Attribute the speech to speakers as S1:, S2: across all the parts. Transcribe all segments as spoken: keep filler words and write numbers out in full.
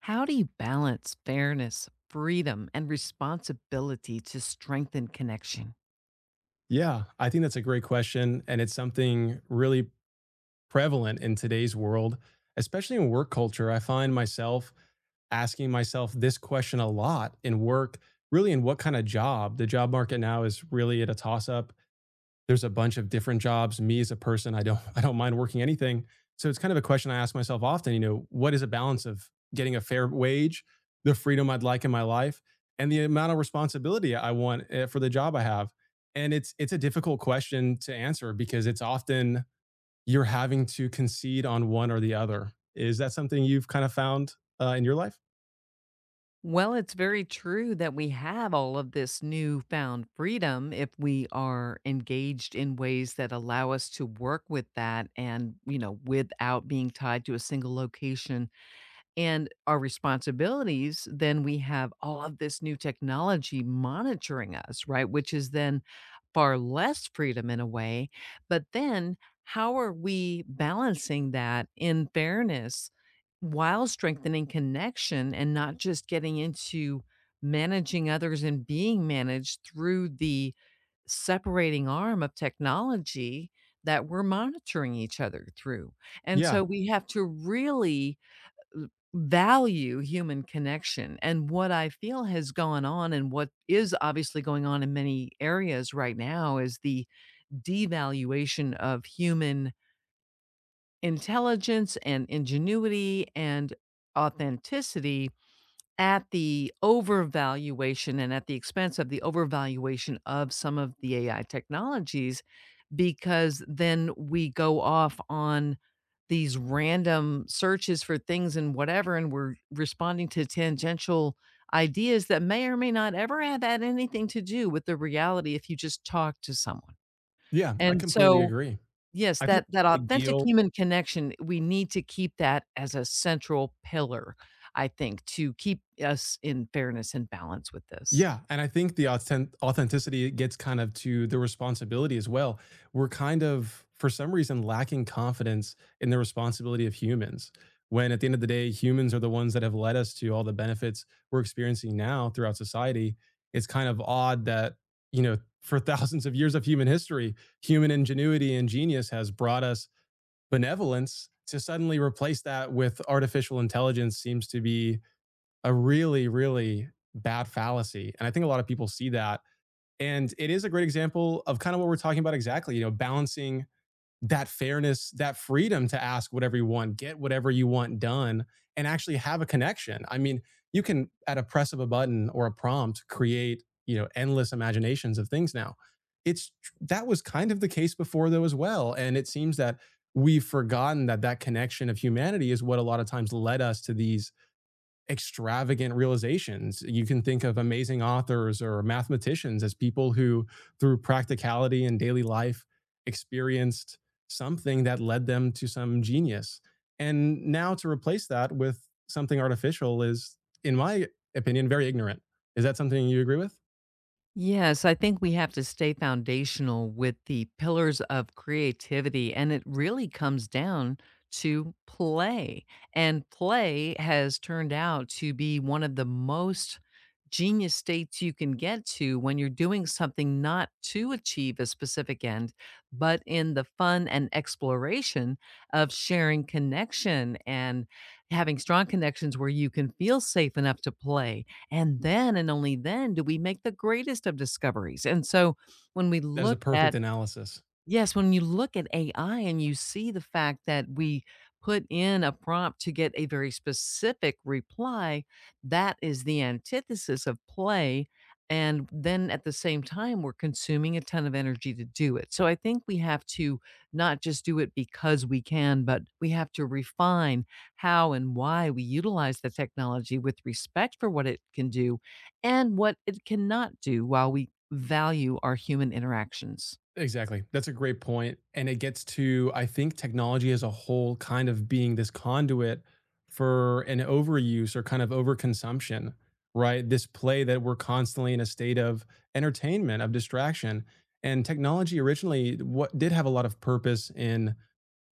S1: How do you balance fairness, freedom, and responsibility to strengthen connection?
S2: Yeah, I think that's a great question. And it's something really prevalent in today's world, especially in work culture. I find myself asking myself this question a lot in work, really in what kind of job. The job market now is really at a toss up, there's a bunch of different jobs. Me as a person, I don't I don't mind working anything. So it's kind of a question I ask myself often, you know, what is a balance of getting a fair wage, the freedom I'd like in my life, and the amount of responsibility I want eh, for the job I have. And it's it's a difficult question to answer because it's often you're having to concede on one or the other. Is that something you've kind of found uh, in your life?
S1: Well, it's very true that we have all of this newfound freedom if we are engaged in ways that allow us to work with that and, you know, without being tied to a single location and our responsibilities, then we have all of this new technology monitoring us, right? Which is then far less freedom in a way. But then how are we balancing that in fairness while strengthening connection and not just getting into managing others and being managed through the separating arm of technology that we're monitoring each other through? And
S2: Yeah,
S1: so we have to really value human connection, and what I feel has gone on and what is obviously going on in many areas right now is the devaluation of human intelligence and ingenuity and authenticity at the overvaluation and at the expense of the overvaluation of some of the A I technologies because then we go off on these random searches for things and whatever, and we're responding to tangential ideas that may or may not ever have had anything to do with the reality if you just talk to someone.
S2: yeah, I
S1: And
S2: completely
S1: so,
S2: agree.
S1: yes,
S2: I think
S1: that that
S2: a big
S1: authentic
S2: deal.
S1: human connection, we need to keep that as a central pillar, I think, to keep us in fairness and balance with this.
S2: Yeah, and I think the authent- authenticity gets kind of to the responsibility as well. We're kind of, for some reason, lacking confidence in the responsibility of humans. When at the end of the day, humans are the ones that have led us to all the benefits we're experiencing now throughout society. It's kind of odd that, you know, for thousands of years of human history, human ingenuity and genius has brought us benevolence. To suddenly replace that with artificial intelligence seems to be a really, really bad fallacy. And I think a lot of people see that. And it is a great example of kind of what we're talking about exactly, you know, balancing that fairness, that freedom to ask whatever you want, get whatever you want done, and actually have a connection. I mean, you can, at a press of a button or a prompt, create, you know, endless imaginations of things now. It's That was kind of the case before, though, as well. And it seems that we've forgotten that that connection of humanity is what a lot of times led us to these extravagant realizations. You can think of amazing authors or mathematicians as people who, through practicality and daily life, experienced something that led them to some genius. And now to replace that with something artificial is, in my opinion, very ignorant. Is that something you agree with?
S1: Yes, I think we have to stay foundational with the pillars of creativity, and it really comes down to play. And play has turned out to be one of the most genius states you can get to when you're doing something not to achieve a specific end, but in the fun and exploration of sharing connection and having strong connections where you can feel safe enough to play, and then and only then do we make the greatest of discoveries. And so when we
S2: That is a
S1: look at
S2: perfect analysis.
S1: Yes, when you look at A I and you see the fact that we put in a prompt to get a very specific reply, that is the antithesis of play. And then at the same time, we're consuming a ton of energy to do it. So I think we have to not just do it because we can, but we have to refine how and why we utilize the technology with respect for what it can do and what it cannot do while we value our human interactions.
S2: Exactly. That's a great point, and it gets to, I think, technology as a whole kind of being this conduit for an overuse or kind of overconsumption, right? This play that we're constantly in a state of entertainment, of distraction. And technology originally what did have a lot of purpose in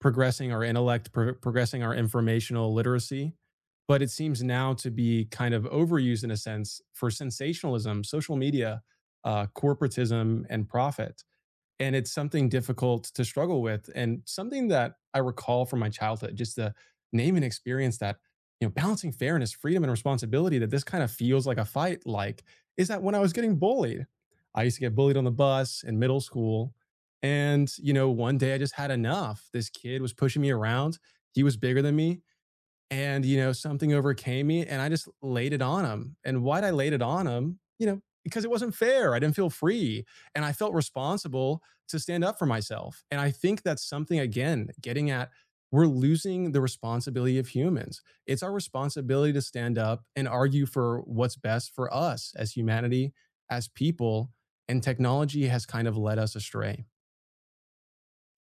S2: progressing our intellect, pro progressing our informational literacy, but it seems now to be kind of overused in a sense for sensationalism, social media, uh, corporatism, and profit. And it's something difficult to struggle with, and something that I recall from my childhood. Just the name and experience that, you know, balancing fairness, freedom, and responsibility, that this kind of feels like a fight, like, is that when I was getting bullied. I used to get bullied on the bus in middle school, and you know, one day I just had enough. This kid was pushing me around, he was bigger than me, and you know, something overcame me, and I just laid it on him. And why'd I laid it on him? You know, because it wasn't fair, I didn't feel free, and I felt responsible to stand up for myself. And I think that's something, again, getting at, we're losing the responsibility of humans. It's our responsibility to stand up and argue for what's best for us as humanity, as people. And technology has kind of led us astray.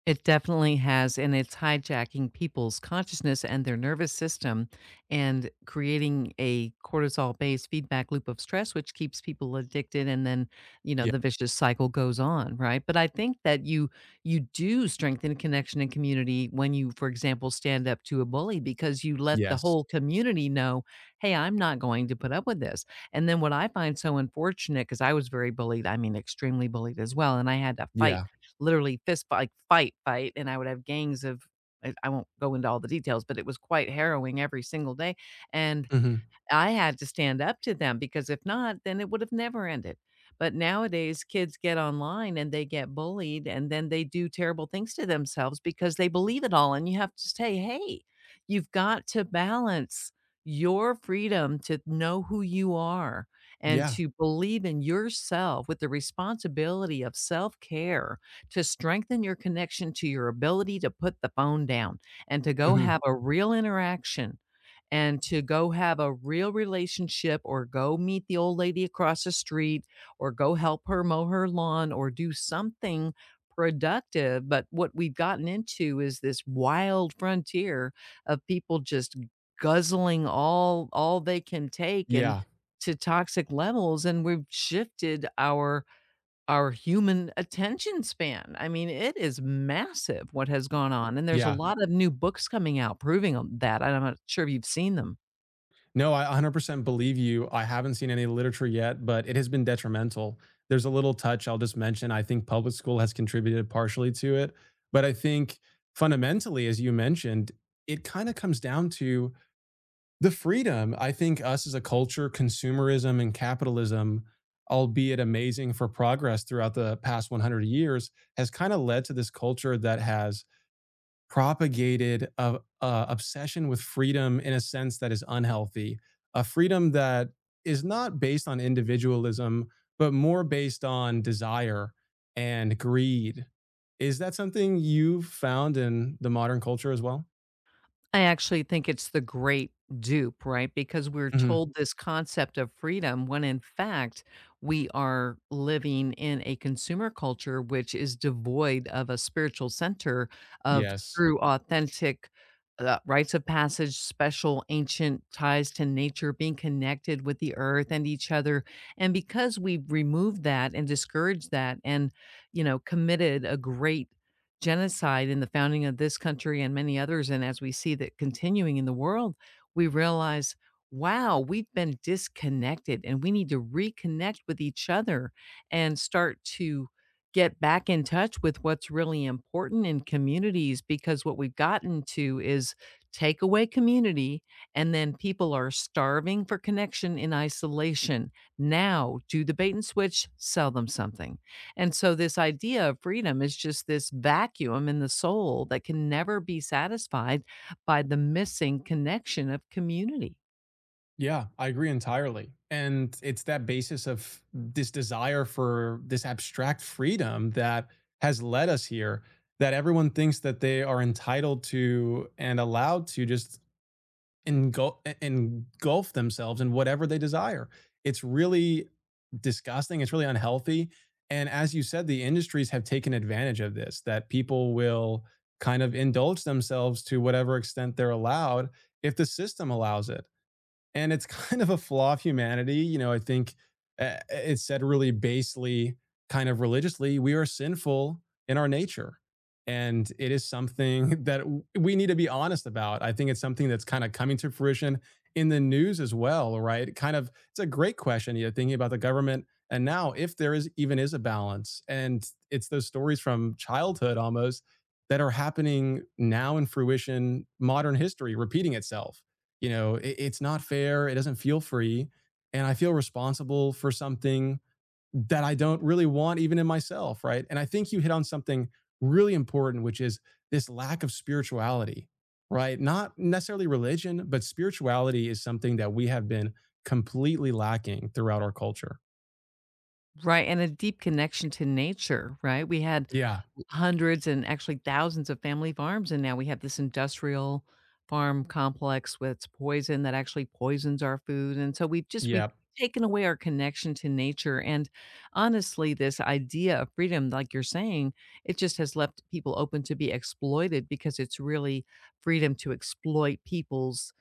S1: It definitely has, and it's hijacking people's consciousness and their nervous system and creating a cortisol based feedback loop of stress, which keeps people addicted. And then, you know,
S2: Yeah.
S1: the vicious cycle goes on, right? But I think that you you do strengthen connection and community when you, for example, stand up to a bully, because you let the
S2: Yes.
S1: whole community know, hey, I'm not going to put up with this. And then what I find so unfortunate, because I was very bullied, I mean extremely bullied as well, and I had to fight
S2: Yeah.
S1: literally fist fight, like fight, fight, and I would have gangs of I I won't go into all the details, but it was quite harrowing every single day, and
S2: Hmm.
S1: I had to stand up to them because if not, then it would have never ended. But nowadays, kids get online and they get bullied and then they do terrible things to themselves because they believe it all. And you have to say, hey, you've got to balance your freedom to know who you are and
S2: Yeah.
S1: to believe in yourself with the responsibility of self care to strengthen your connection to your ability to put the phone down and to go have
S2: Hmm.
S1: a real interaction and to go have a real relationship or go meet the old lady across the street or go help her mow her lawn or do something productive. But what we've gotten into is this wild frontier of people just guzzling all all they can take and
S2: Yeah,
S1: to toxic levels, and we've shifted our our human attention span. I mean, it is massive what has gone on, and there's a
S2: yeah.
S1: lot of new books coming out proving um, that. I'm not sure if you've seen them.
S2: No, I one hundred percent believe you. I haven't seen any literature yet, but it has been detrimental. There's a little touch I'll just mention. I think public school has contributed partially to it. But I think fundamentally, as you mentioned, it kind of comes down to the freedom. I think us as a culture, consumerism and capitalism, albeit amazing for progress throughout the past one hundred years, has kind of led to this culture that has propagated a, a obsession with freedom in a sense that is unhealthy, a freedom that is not based on individualism, but more based on desire and greed. Is that something you've found in the modern culture as well?
S1: I actually think it's the great dupe, right? Because we're
S2: Mhm.
S1: told this concept of freedom when in fact we are living in a consumer culture which is devoid of a spiritual center, of
S2: Yes.
S1: true, authentic uh, rites of passage, special ancient ties to nature, being connected with the earth and each other. And because we've removed that and discouraged that and, you know, committed a great genocide in the founding of this country and many others, and as we see that continuing in the world, we realize, wow, we've been disconnected, and we need to reconnect with each other and start to get back in touch with what's really important in communities, because what we've gotten to is take away community and then people are starving for connection in isolation. Now, do the bait and switch, sell them something. And so this idea of freedom is just this vacuum in the soul that can never be satisfied by the missing connection of community.
S2: Yeah, I agree entirely. And it's that basis of this desire for this abstract freedom that has led us here, that everyone thinks that they are entitled to and allowed to just engulf, engulf themselves in whatever they desire. It's really disgusting. It's really unhealthy. And as you said, the industries have taken advantage of this, that people will kind of indulge themselves to whatever extent they're allowed if the system allows it, and it's kind of a flaw of humanity. You know, I think uh, it's said really basely, kind of religiously, we are sinful in our nature. And it is something that we need to be honest about. I think it's something that's kind of coming to fruition in the news as well, right? Kind of, it's a great question, you know, thinking about the government and now if there is even is a balance. And it's those stories from childhood almost that are happening now in fruition, modern history repeating itself. You know, it, it's not fair, it doesn't feel free, and I feel responsible for something that I don't really want even in myself, right? And I think you hit on something really important, which is this lack of spirituality, right? Not necessarily religion, but spirituality is something that we have been completely lacking throughout our culture.
S1: Right. And a deep connection to nature, right? We had
S2: Yeah.
S1: hundreds and actually thousands of family farms, and now we have this industrial farm complex with poison that actually poisons our food, and so we've just we've
S2: Yeah.
S1: taken away our connection to nature, and honestly, this idea of freedom, like you're saying, it just has left people open to be exploited, because it's really freedom to exploit people's,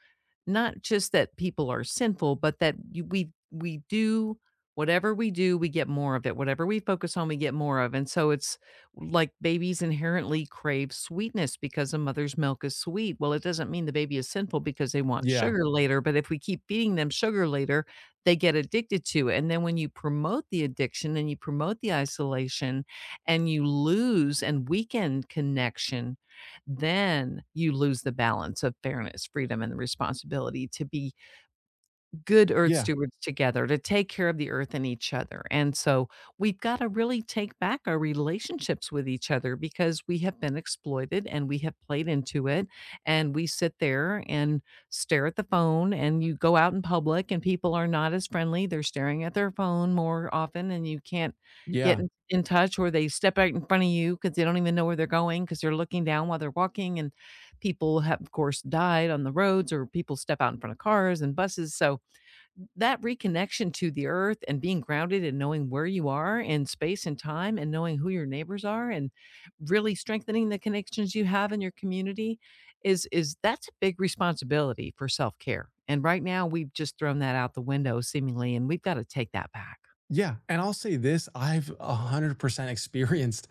S1: not just that people are sinful, but that you we we do whatever we do, we get more of it. Whatever we focus on, we get more of. And so it's like babies inherently crave sweetness because a mother's milk is sweet. Well, it doesn't mean the baby is sinful because they want
S2: Yeah.
S1: sugar later, but if we keep feeding them sugar later, they get addicted to it. And then when you promote the addiction and you promote the isolation and you lose and weaken connection, then you lose the balance of fairness, freedom, and the responsibility to be good earth
S2: Yeah.
S1: stewards together, to take care of the earth and each other. And so we've got to really take back our relationships with each other, because we have been exploited and we have played into it. And we sit there and stare at the phone, and you go out in public, and people are not as friendly. They're staring at their phone more often, and you can't get
S2: Yeah.
S1: in, in touch, or they step out in front of you because they don't even know where they're going because they're looking down while they're walking. And people have, of course, died on the roads, or people step out in front of cars and buses. So that reconnection to the earth and being grounded and knowing where you are in space and time and knowing who your neighbors are and really strengthening the connections you have in your community is is that's a big responsibility for self-care. And right now we've just thrown that out the window seemingly, and we've got to take that back.
S2: Yeah, and I'll say this, I've one hundred percent experienced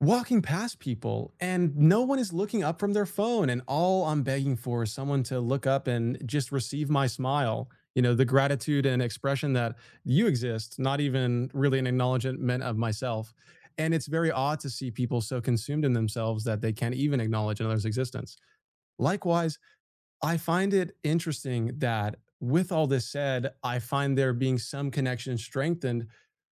S2: walking past people and no one is looking up from their phone, and all I'm begging for is someone to look up and just receive my smile, you know, the gratitude and expression that you exist, not even really an acknowledgement of myself. And it's very odd to see people so consumed in themselves that they can't even acknowledge another's existence. Likewise. I find it interesting that, with all this said, I find there being some connection strengthened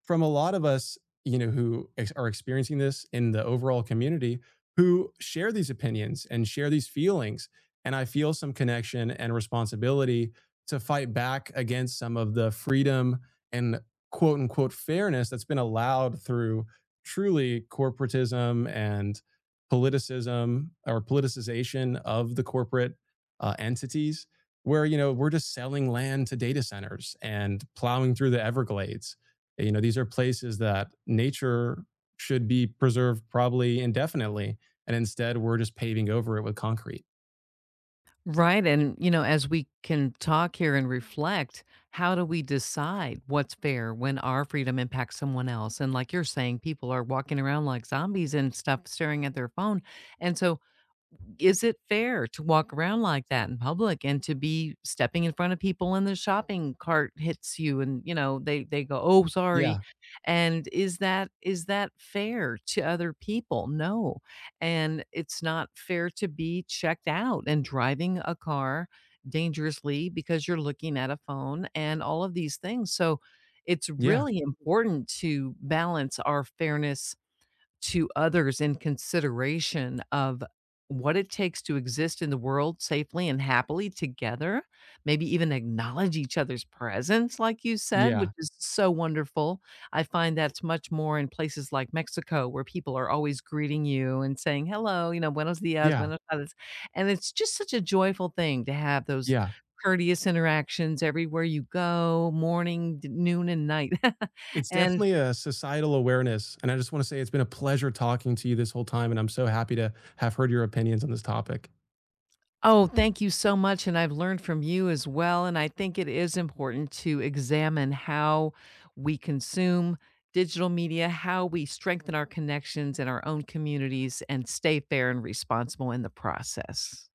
S2: from a lot of us, you know, who ex- are experiencing this in the overall community, who share these opinions and share these feelings. And I feel some connection and responsibility to fight back against some of the freedom and quote unquote fairness that's been allowed through truly corporatism and politicism, or politicization of the corporate uh, entities, where, you know, we're just selling land to data centers and plowing through the Everglades. You know, these are places that nature should be preserved, probably indefinitely, and instead we're just paving over it with concrete.
S1: Right, and you know, as we can talk here and reflect, how do we decide what's fair when our freedom impacts someone else? And like you're saying, people are walking around like zombies and stuff, staring at their phone. And so, is it fair to walk around like that in public and to be stepping in front of people and the shopping cart hits you and, you know, they they go, "Oh, sorry."
S2: Yeah.
S1: And is that is that fair to other people? No. And it's not fair to be checked out and driving a car dangerously because you're looking at a phone and all of these things. So, it's
S2: Yeah.
S1: really important to balance our fairness to others in consideration of what it takes to exist in the world safely and happily together, maybe even acknowledge each other's presence, like you said, which
S2: Yeah.
S1: is so wonderful. I find that's much more in places like Mexico, where people are always greeting you and saying, hello, you know, buenos dias,
S2: Yeah.
S1: buenos tardes. And it's just such a joyful thing to have those
S2: Yeah.
S1: courteous interactions everywhere you go, morning, d- noon, and night.
S2: It's
S1: and
S2: definitely a societal awareness, and I just wanna say it's been a pleasure talking to you this whole time, and I'm so happy to have heard your opinions on this topic.
S1: Oh, thank you so much. And I've learned from you as well. And I think it is important to examine how we consume digital media, how we strengthen our connections in our own communities, and stay fair and responsible in the process.